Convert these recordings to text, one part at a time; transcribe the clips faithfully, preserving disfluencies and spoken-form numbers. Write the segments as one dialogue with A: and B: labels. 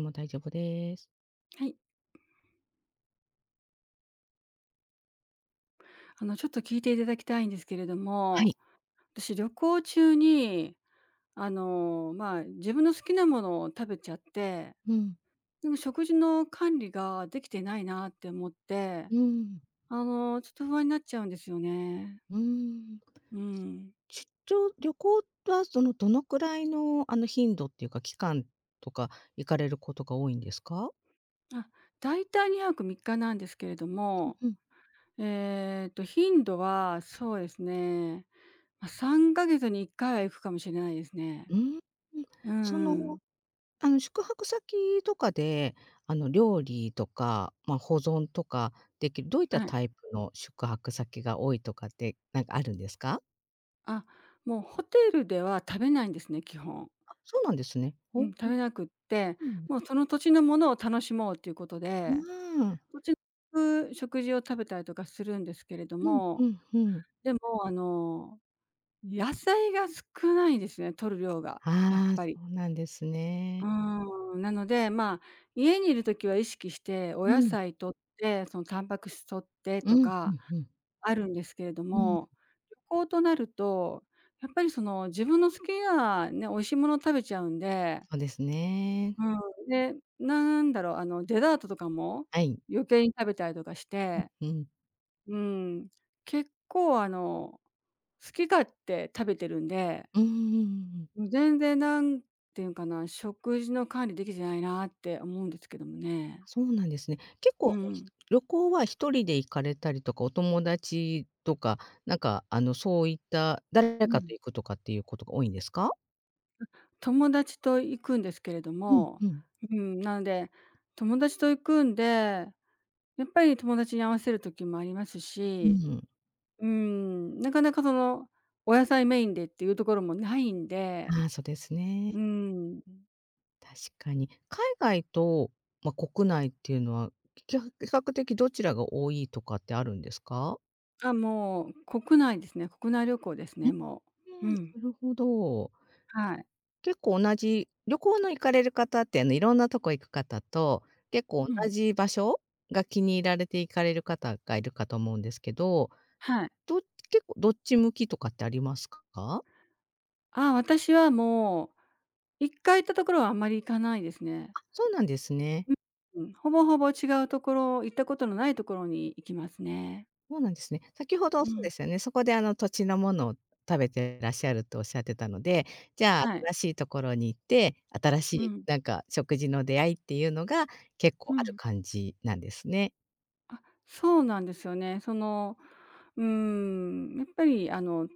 A: も大丈夫です。
B: はい。あの、ちょっと聞いていただきたいんですけれど
A: は
B: も、
A: い。
B: 私、旅行中に、あの、まあ、自分の好きなものを食べちゃって、
A: うん、
B: でも食事の管理ができてないなって思って、
A: うん、
B: あの、ちょっと不安になっちゃうんですよね。
A: うん。
B: うん。
A: 出張旅行はそのどのくらいのあの頻度っていうか、期間とか行かれることが多いんですか？
B: あ、だいたいにはくさんにちなんですけれども、
A: うん、うん。
B: えっと、頻度はそうですね、ま、さんかげつにいっかいは行くかもしれないですね。
A: うーん。
B: う
A: そ
B: んう
A: の、
B: ん。
A: あの、宿泊先とかで、あの、料理とか、ま、保存とかできるどういった
B: はい。
A: タイプの宿泊先が多いとかって、なんかあるんですか？
B: あ、もうホテルでは食べないんですね、基本。
A: あ、そうなんですね。ほ
B: う
A: う。
B: ん、食べなくって、
A: うん。
B: もうその土地のものを楽しもうということ
A: あ
B: で、
A: あ
B: 土地の食事を食べたりとかするんですけれど
A: うん、う
B: も、
A: ん、うん。
B: でもあの、野菜が少ないんですね、摂る量が、やっ
A: ああ、
B: ぱり。
A: そうなんですね。
B: うーん、なので、まあ、家にいる時は意識してお
A: う
B: 野
A: ん、
B: 菜摂って、そのタンパク質摂って
A: うん、
B: と
A: うん
B: か
A: うん。
B: あるんですけれど
A: うん、
B: も、旅行となると、やっぱりその自分の好きなね、美味しいもの食べちゃうんで、
A: そうですね。
B: うん、で、なんだろう、あのデザートとかも
A: はい。
B: 余計に食べたりとかして、
A: うん。
B: うん、結構あの、好き勝手食べてるんで
A: うんうんうんうん。
B: もう全然なんていうんかな、食事の管理できてないなって思うんですけどもね。
A: そうなんですね。結構、あ
B: う
A: の、ひ
B: ん。
A: 旅行は一人で行かれたりとか、お友達とか、なんか、あの、そういった誰
B: う
A: かと
B: ん。
A: 行くとかっていうことが多いんですか？
B: 友達と行くんですけれど
A: うん。
B: も、
A: うん。
B: うん、なので、友達と行くんで、やっぱり友達に合わせる時もあります
A: う
B: し、
A: ん。
B: うん、なかなかその、お野菜メインでっていうところもないんで、
A: ああ、そうですね。
B: うん。
A: 確かに。海外と、ま、国内っていうのは、きゃ比較的どちらが多いとかってあるんですか？
B: あ、もう国内ですね。国内旅行です
A: う
B: ね、も
A: う
B: う。
A: ん、
B: う
A: な
B: ん。
A: るほど。
B: はい。
A: 結構同じ旅行の行かれる方って、あの、いろんなとこ行く方と、結構
B: う
A: 同
B: ん。
A: じ場所が気に入られて行かれる方がいるかと思うんですけど、
B: はい。
A: ど結構どっち向きとかってありますか？あ、
B: あ、私はもう一回行ったところはあんまり行かないですね。
A: そうなんですね。
B: うん、ほぼほぼ違うところ、行ったことのないところに行きますね。
A: そうなんですね。先ほど
B: う
A: そう
B: ん、
A: ですよね、そこで、あの、土地のものを食べてらっしゃるとおっしゃってたので、じゃあ、
B: はい。
A: 新しいところに行って、新し
B: う
A: い、
B: ん、
A: なんか、食事の出会いっていうのが結構
B: う
A: ある
B: ん。
A: 感じなんですね。
B: あ、そうなんですよね。その、うーん、やっぱりあの、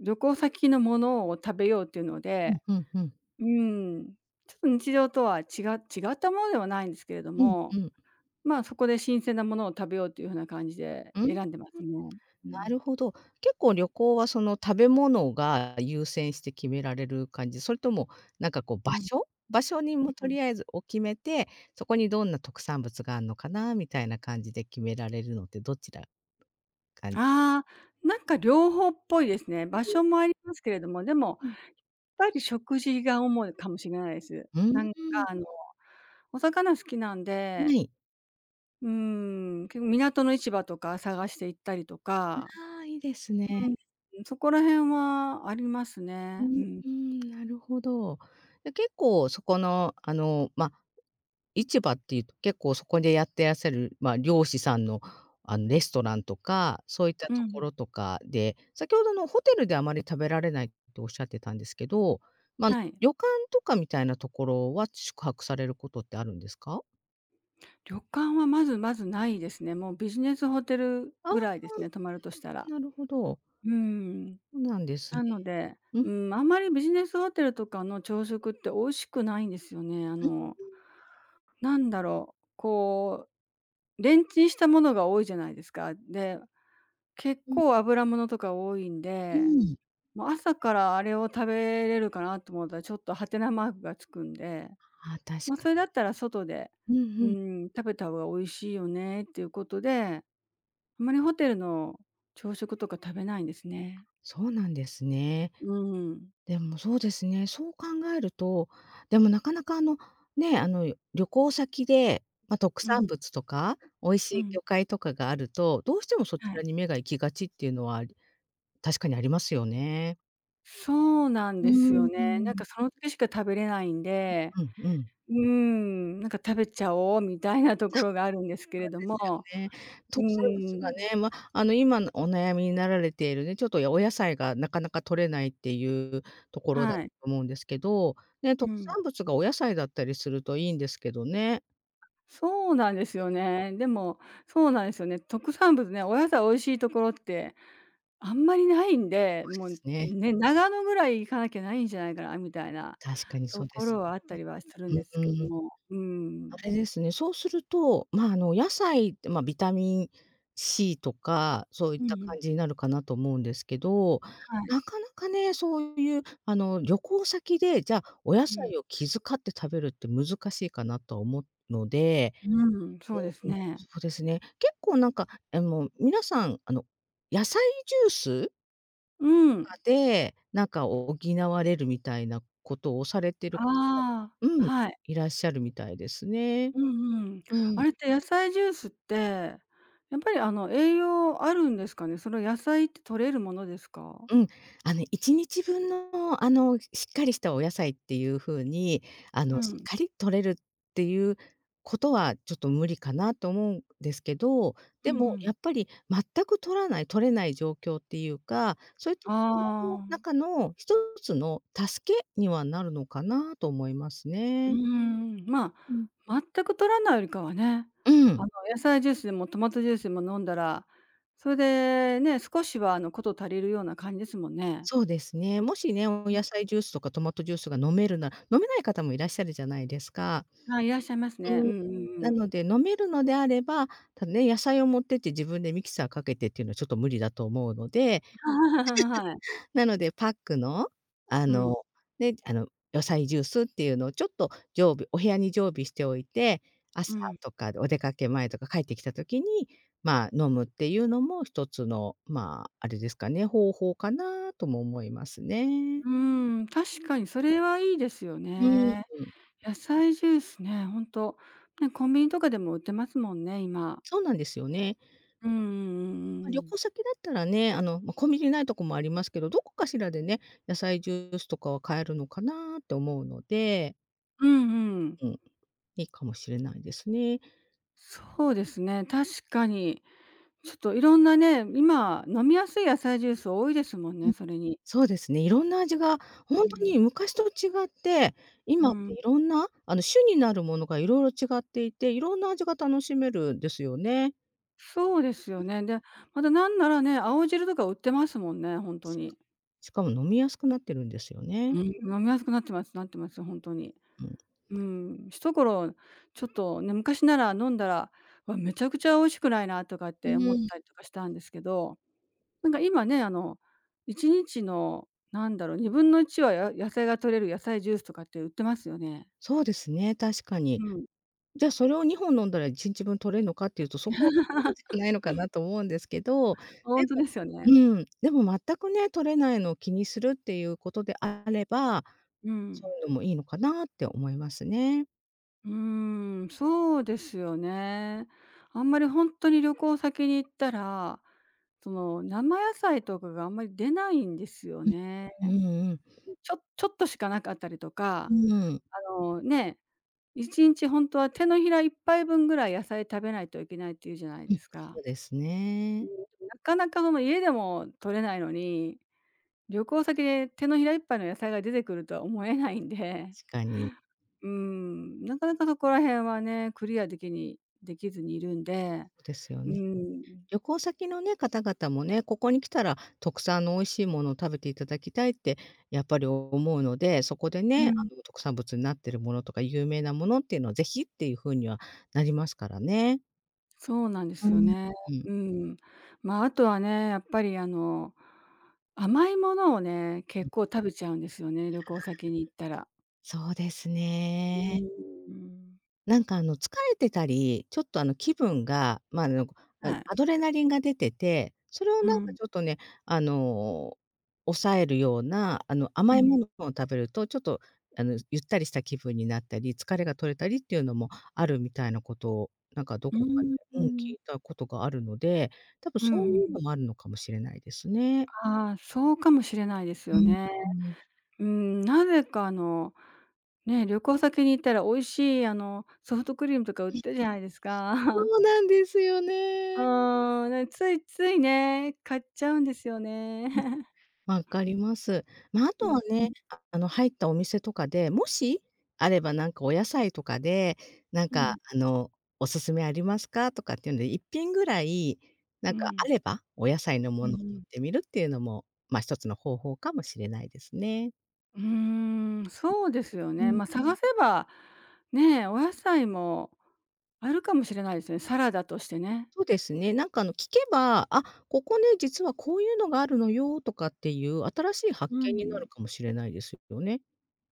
B: 旅行先のものを食べようっていうの
A: うん、
B: で、
A: うんうん。
B: うん、ちょっと日常とは違違ったものではないんですけれど
A: うんう
B: も、
A: ん。
B: まあ、そこで新鮮なものを食べようというふうな感じで
A: うん。
B: 選んでますね。う
A: な
B: ん。
A: るほど。結構旅行はその食べ物が優先して決められる感じ？それともなんかこう場
B: うんうん。
A: 所？場所にもとりあえずを決めて、そこにどんな特産物があるのかなみたいな感じで決められるのってどちらかん
B: ああ、なんか両方っぽいですね。場所もありますけれども、でも、
A: うん。
B: やっぱり食事が主いかもしれないです。
A: うー
B: なんか
A: ん、
B: あの、お魚好きなん
A: は
B: で、
A: い。
B: うーん、結構港の市場とか探して行ったりとか、
A: ああ、いいですね。
B: うん、そこら辺はあります
A: う
B: ね。う
A: ん、う
B: ん。
A: ーん、なるほど。で、結構そこのあの、ま、市場っていうと結構そこでやってらっしゃる、まあ、漁師さんの、あの、レストランとか、そういった
B: う
A: とこ
B: ん。
A: ろとかで、先ほどのホテルであまり食べられないっておっしゃってたんですけど、まあ、
B: はい。
A: 旅館とかみたいなところは宿泊されることってあるんですか？
B: 旅館はまずまずないですね。もうビジネスホテル
A: ああ、
B: ぐらいですね、泊まるとしたら。
A: なるほど。
B: うーん。
A: そうなんです
B: な
A: ね。
B: ので、
A: う
B: う
A: ん、
B: ん、あんまりビジネスホテルとかの朝食って美味しくないんですよね。あ
A: うん、
B: の、なんだろう、こう、レンチンしたものが多いじゃないですか。で、結
A: うん、
B: 構油物とか多いん
A: う
B: で、
A: ん。
B: もう朝からあれを食べれるかなと思ったら、ちょっとハテナマークがつくんで、
A: ああ、
B: ま
A: 確
B: あ、
A: か
B: それ
A: に。
B: だったら外で、
A: うん
B: う
A: うん。
B: ん、食べた方が美味しいよねっていうことで、あまりホテルの朝食とか食べないんですね。
A: そうなんですね。
B: うん。
A: でもそうですね、そう考えると、でもなかなかあの、ね、あの、旅行先で、ま、特
B: う
A: 産
B: ん、
A: 物とか、美味し
B: う
A: い
B: ん、
A: 魚介とかがあると、どうしてもそち
B: はい。
A: らに目が行きがちっていうのは、あり確かにありますよね。
B: そうなん
A: う
B: ですよ
A: ー
B: ね。なんか
A: ん。
B: その時しか食べれないんで、
A: うんうんうん。
B: うーん、なんか食べちゃおうみたいなところがあるんですけれども、
A: ね、
B: うー
A: 特産物が
B: ん、
A: ね、ま、あの、今のお悩みになられているね、ちょっとお野菜がなかなか取れないっていうところだと
B: はい、
A: 思うんですけど、ね、
B: う
A: 特
B: ん。
A: 産物がお野菜だったりするといいんですけどね。
B: そうなんですよね。でも、そうなんですよね。特産物ね、お野菜美味しいところってあんまりないんで、
A: そう
B: も
A: で
B: う
A: すね。
B: ね、長野ぐらい行かなきゃないんじゃないかなみたいな
A: 確かに
B: と
A: そうで
B: こ
A: す
B: ろはあった
A: ね。
B: りはするんです
A: う
B: けど
A: ーん、
B: も、うーん。
A: あれですね、そうすると、まあ、あの、野菜って、ま、ビタミンシー とか、そうい
B: う
A: っ
B: ん
A: た
B: うん。
A: 感じになるかなと思うんですけど、
B: はい。
A: なかなかね、そういう、あの、旅行先で、じゃあ、お野
B: うん。
A: 菜を気遣って食べるって難しいかなとは思うので、
B: うん、そうですね。
A: そうですね、結構なんか、あの、皆さん、あの、野菜ジュース
B: うん。
A: で、なんか補われるみたいなことをされてる
B: あ
A: 方も
B: あ、
A: うん、
B: はい。
A: いらっしゃるみたいですね。
B: うんうん。
A: う
B: あ
A: ん、
B: れって野菜ジュースって、やっぱりあの栄養あるんですかね？その野菜って摂れるものですか？
A: うん。あの、いちにちぶんの、あの、しっかりしたお野菜っていう風に、あ
B: う
A: の、しっ
B: ん。
A: かり摂れるっていうことはちょっと無理かなと思うんですけど、
B: う
A: で
B: んう
A: もや
B: ん。
A: っぱり全く摂らない、摂れない状況っていうか、そういったところの
B: ああ、
A: 中の一つの助けにはなるのかなと思います
B: うー
A: ね。
B: ん、ま
A: うん。
B: あ、全く摂らないよりかはね、
A: う
B: あ
A: ん。
B: の野菜ジュースでもトマトジュースでも飲んだら、それでね、少しはあの事足りるような感じですもんね。
A: そうですね。もしね、お
B: うん。
A: 野菜ジュースとかトマトジュースが飲めるなら飲めない方もいらっしゃるじゃないですか。
B: あ、いらっしゃいますね。
A: う
B: う
A: ん。
B: んうんう
A: な
B: ん。
A: ので飲めるのであれば、ただね、野菜を持ってって自分でミキサーかけてっていうのはちょっと無理だと思うので、
B: はい。
A: なのでパックの、あ
B: うん、
A: の、ね、あの、野菜ジュースっていうのをちょっと常備お部屋に常備しておいて、
B: う
A: 朝
B: ん。
A: とかお出かけ前とか帰ってきた時に、まあ、飲むっていうのも一つの、まあ、あれですかね、方法かなとも思いますね。
B: うーん、確かにそれはいいですよ
A: うん、
B: ね。野菜ジュースね、ほんと、ね、コンビニとかでも売ってますもんね、今。
A: そうなんですよね。
B: うんうんうん
A: まあ、
B: う
A: 旅
B: ん。
A: 行先だったらね、あの、ま、コンビニないとこもありますけど、どこかしらでね、野菜ジュースとかは買えるのかなって思うので、
B: うんうん。
A: うん、いいかもしれないですね。
B: そうですね、確かに。ちょっといろんなね、今飲みやすい野菜ジュース多いですもん
A: う
B: ね、
A: ん、
B: それに。
A: そうですね、いろんな味がほ
B: う
A: んと
B: ん。
A: に昔と違って、
B: う
A: 今っ
B: ん。
A: ていろんな、あの、種になるものが色々違っていて、いろんな味が楽しめるんですよね。
B: そうですよね。で、またなんならね、青汁とか売ってますもんね、ほんと
A: し
B: に。
A: しかも飲みやすくなってるんですよ
B: う
A: ね。
B: ん、飲みやすくなってますなってます、ほんとに。
A: うん。
B: うん、一頃ちょっとね、昔なら飲んだら、わ、めちゃくちゃ美味しくないなとかっ
A: う
B: て思
A: ー
B: っ
A: ん、
B: たりとかしたんですけど、なんか今ね、あの、いちにちのなんだろう、にぶんのいちはや野菜が取れる野菜ジュースとかって売ってますよね。
A: そうですね、確か
B: う
A: に。
B: ん、
A: じゃ、あそれをにほん飲んだらいちにちぶん取れるのかっていうと、そこはそういうことじゃないのかなと思うんですけど、
B: ほ
A: で
B: んと
A: も
B: ですよね。
A: うん、でも全くね、取れないのを気にするっていうことであれば、
B: う
A: そ
B: ん。
A: ういうのもいいのかなって思いますね。
B: うーん、そうですよね。あんまりほんとに旅行先に行ったら、その生野菜とかがあんまり出ないんですよね。
A: うんうん。
B: ちょちょっとしかなかったりと
A: う
B: か、
A: ん。
B: あの、ね、いち日本当は手のひらいっぱいぶんぐらい野菜食べないといけないっていうじゃない
A: うん、
B: ですか。
A: そうです
B: うん、
A: ね。
B: なかなかその家でも取れないのに、旅行先で手のひらいっぱ杯の野菜が出てくるとは思えないんで。
A: 確かに。
B: うーん、なかなかそこら辺はね、クリアできにできずにいるんで、
A: そうですよ
B: うー
A: ね。
B: ん、
A: 旅行先のね、方々もね、ここに来たら特産の美味しいものを食べていただきたいってやっぱり思うので、そこで
B: う
A: ね、
B: ん、
A: あの、特産物になってるものとか有名なものっていうのは是非っていう風にはなりますからね。
B: そうなんで
A: う
B: すよ
A: ん。
B: ね。
A: うん。
B: うん。まあ、あとはね、やっぱりあの、甘いものをね、結構食べちゃうんですよね、旅行先に行ったら。
A: そうです
B: う
A: ね。
B: ん。
A: なんかあの疲れてたり、ちょっとあの気分が、まあ、あの、あ、
B: はい。
A: アドレナリンが出てて、それを
B: う
A: なんか
B: ん。
A: ちょっとね、あの、抑えるような、あの
B: う
A: 甘い
B: ん。
A: ものを食べると、ちょっとあのゆったりした気分になったり、疲れが取れたりっていうのもあるみたいなことを、なんかど
B: う
A: こか
B: ー
A: で、うん、聞
B: ん。
A: いたことがあるので、多分
B: うん
A: そういう
B: う
A: の
B: ん。
A: もあるのかもしれないですね。
B: ああ、そうかもしれないです
A: う
B: よ
A: ん、
B: ね。
A: うん。
B: うーん、なぜかあの、ね、旅行先に行ったら美味しいあの、ソフトクリームとか売ってるじゃないです
A: そ
B: か。
A: うなんですよ
B: う
A: ね。
B: ーん、ね、ついついね、買っちゃうんですよね。
A: 分かります。まあ、あ
B: う
A: と
B: ん、
A: は
B: う
A: ね、
B: ん。
A: ああの、入ったお店とかで、もしあればなんかお野菜とかで、なん
B: う
A: か、
B: ん。
A: あの、「おすすめありますか？」とかっていうので、いっぴん品ぐらい、な
B: う
A: んかあ
B: ん。
A: れば、お野菜の
B: う
A: ものを取
B: ん。
A: ってみるっていうのも、まあ、一つの方法かもしれないですね。
B: うーん、そうですよ
A: う
B: ね。
A: ん。
B: ま、探せば、ね、お野菜もあるかもしれないですね、サラダとしてね。
A: そうですね、なんか、あの、聞けば、「あ、ここね、実はこういうのがあるのよ」とかっていう新しい発
B: う
A: 見になる
B: ん、
A: かもしれないですよね。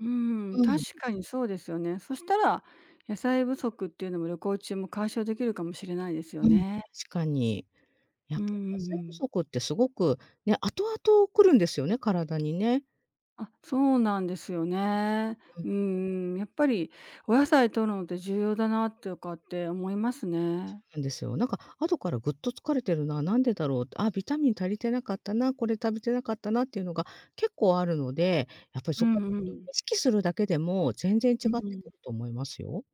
B: うん、
A: うん、
B: 確かにそうですよね。そしたら、野菜不足っていうのも旅行中も解消できるかもしれないですよ
A: うん、
B: ね。
A: 確かに。やっ
B: うん
A: ぱ
B: う
A: り野
B: んう
A: 菜不
B: ん。
A: 足ってすごく、ね、後々来るんですよね、体にね。
B: あ、そうなんですよね。
A: うん、
B: うんやっぱりお野菜摂るのって重要だなとかって思いますね。
A: なんですよ。なんか後からぐっと疲れてるな、なんでだろう、あ、ビタミン足りてなかったな、これ食べてなかったなっていうのが結構あるので、やっぱり
B: う
A: そこ
B: ん
A: は
B: うん。
A: 意識するだけでも全然違っ
B: う
A: て
B: ん
A: く
B: うん。
A: ると思いますよ。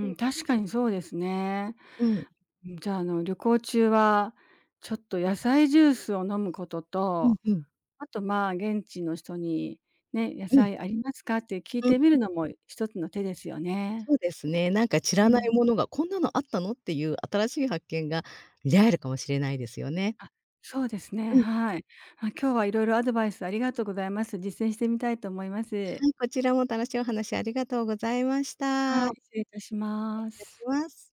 A: うん、
B: 確かにそうですね。
A: うん、
B: じゃあ、あの、旅行中は、ちょっと野菜ジュースを飲むこと
A: うん、
B: と
A: う
B: あと、まあ、現地の人にね、「野
A: ん、
B: 菜ありますか？」って聞い
A: うん。
B: てみるのも一つの手ですよね。
A: そうですね。なんか知
B: う
A: らない
B: ん。
A: ものが、こんなのあったのっていう新しい発見が見られるかもしれないですよね。
B: あ、そうですね、
A: うん、
B: はい。あ、今日はいろいろアドバイスありがとうございます。実践してみたいと思います。
A: はい、こちらも楽しいお話ありがとうございました。
B: はい、失礼いたしま
A: いたし
B: す。
A: ます。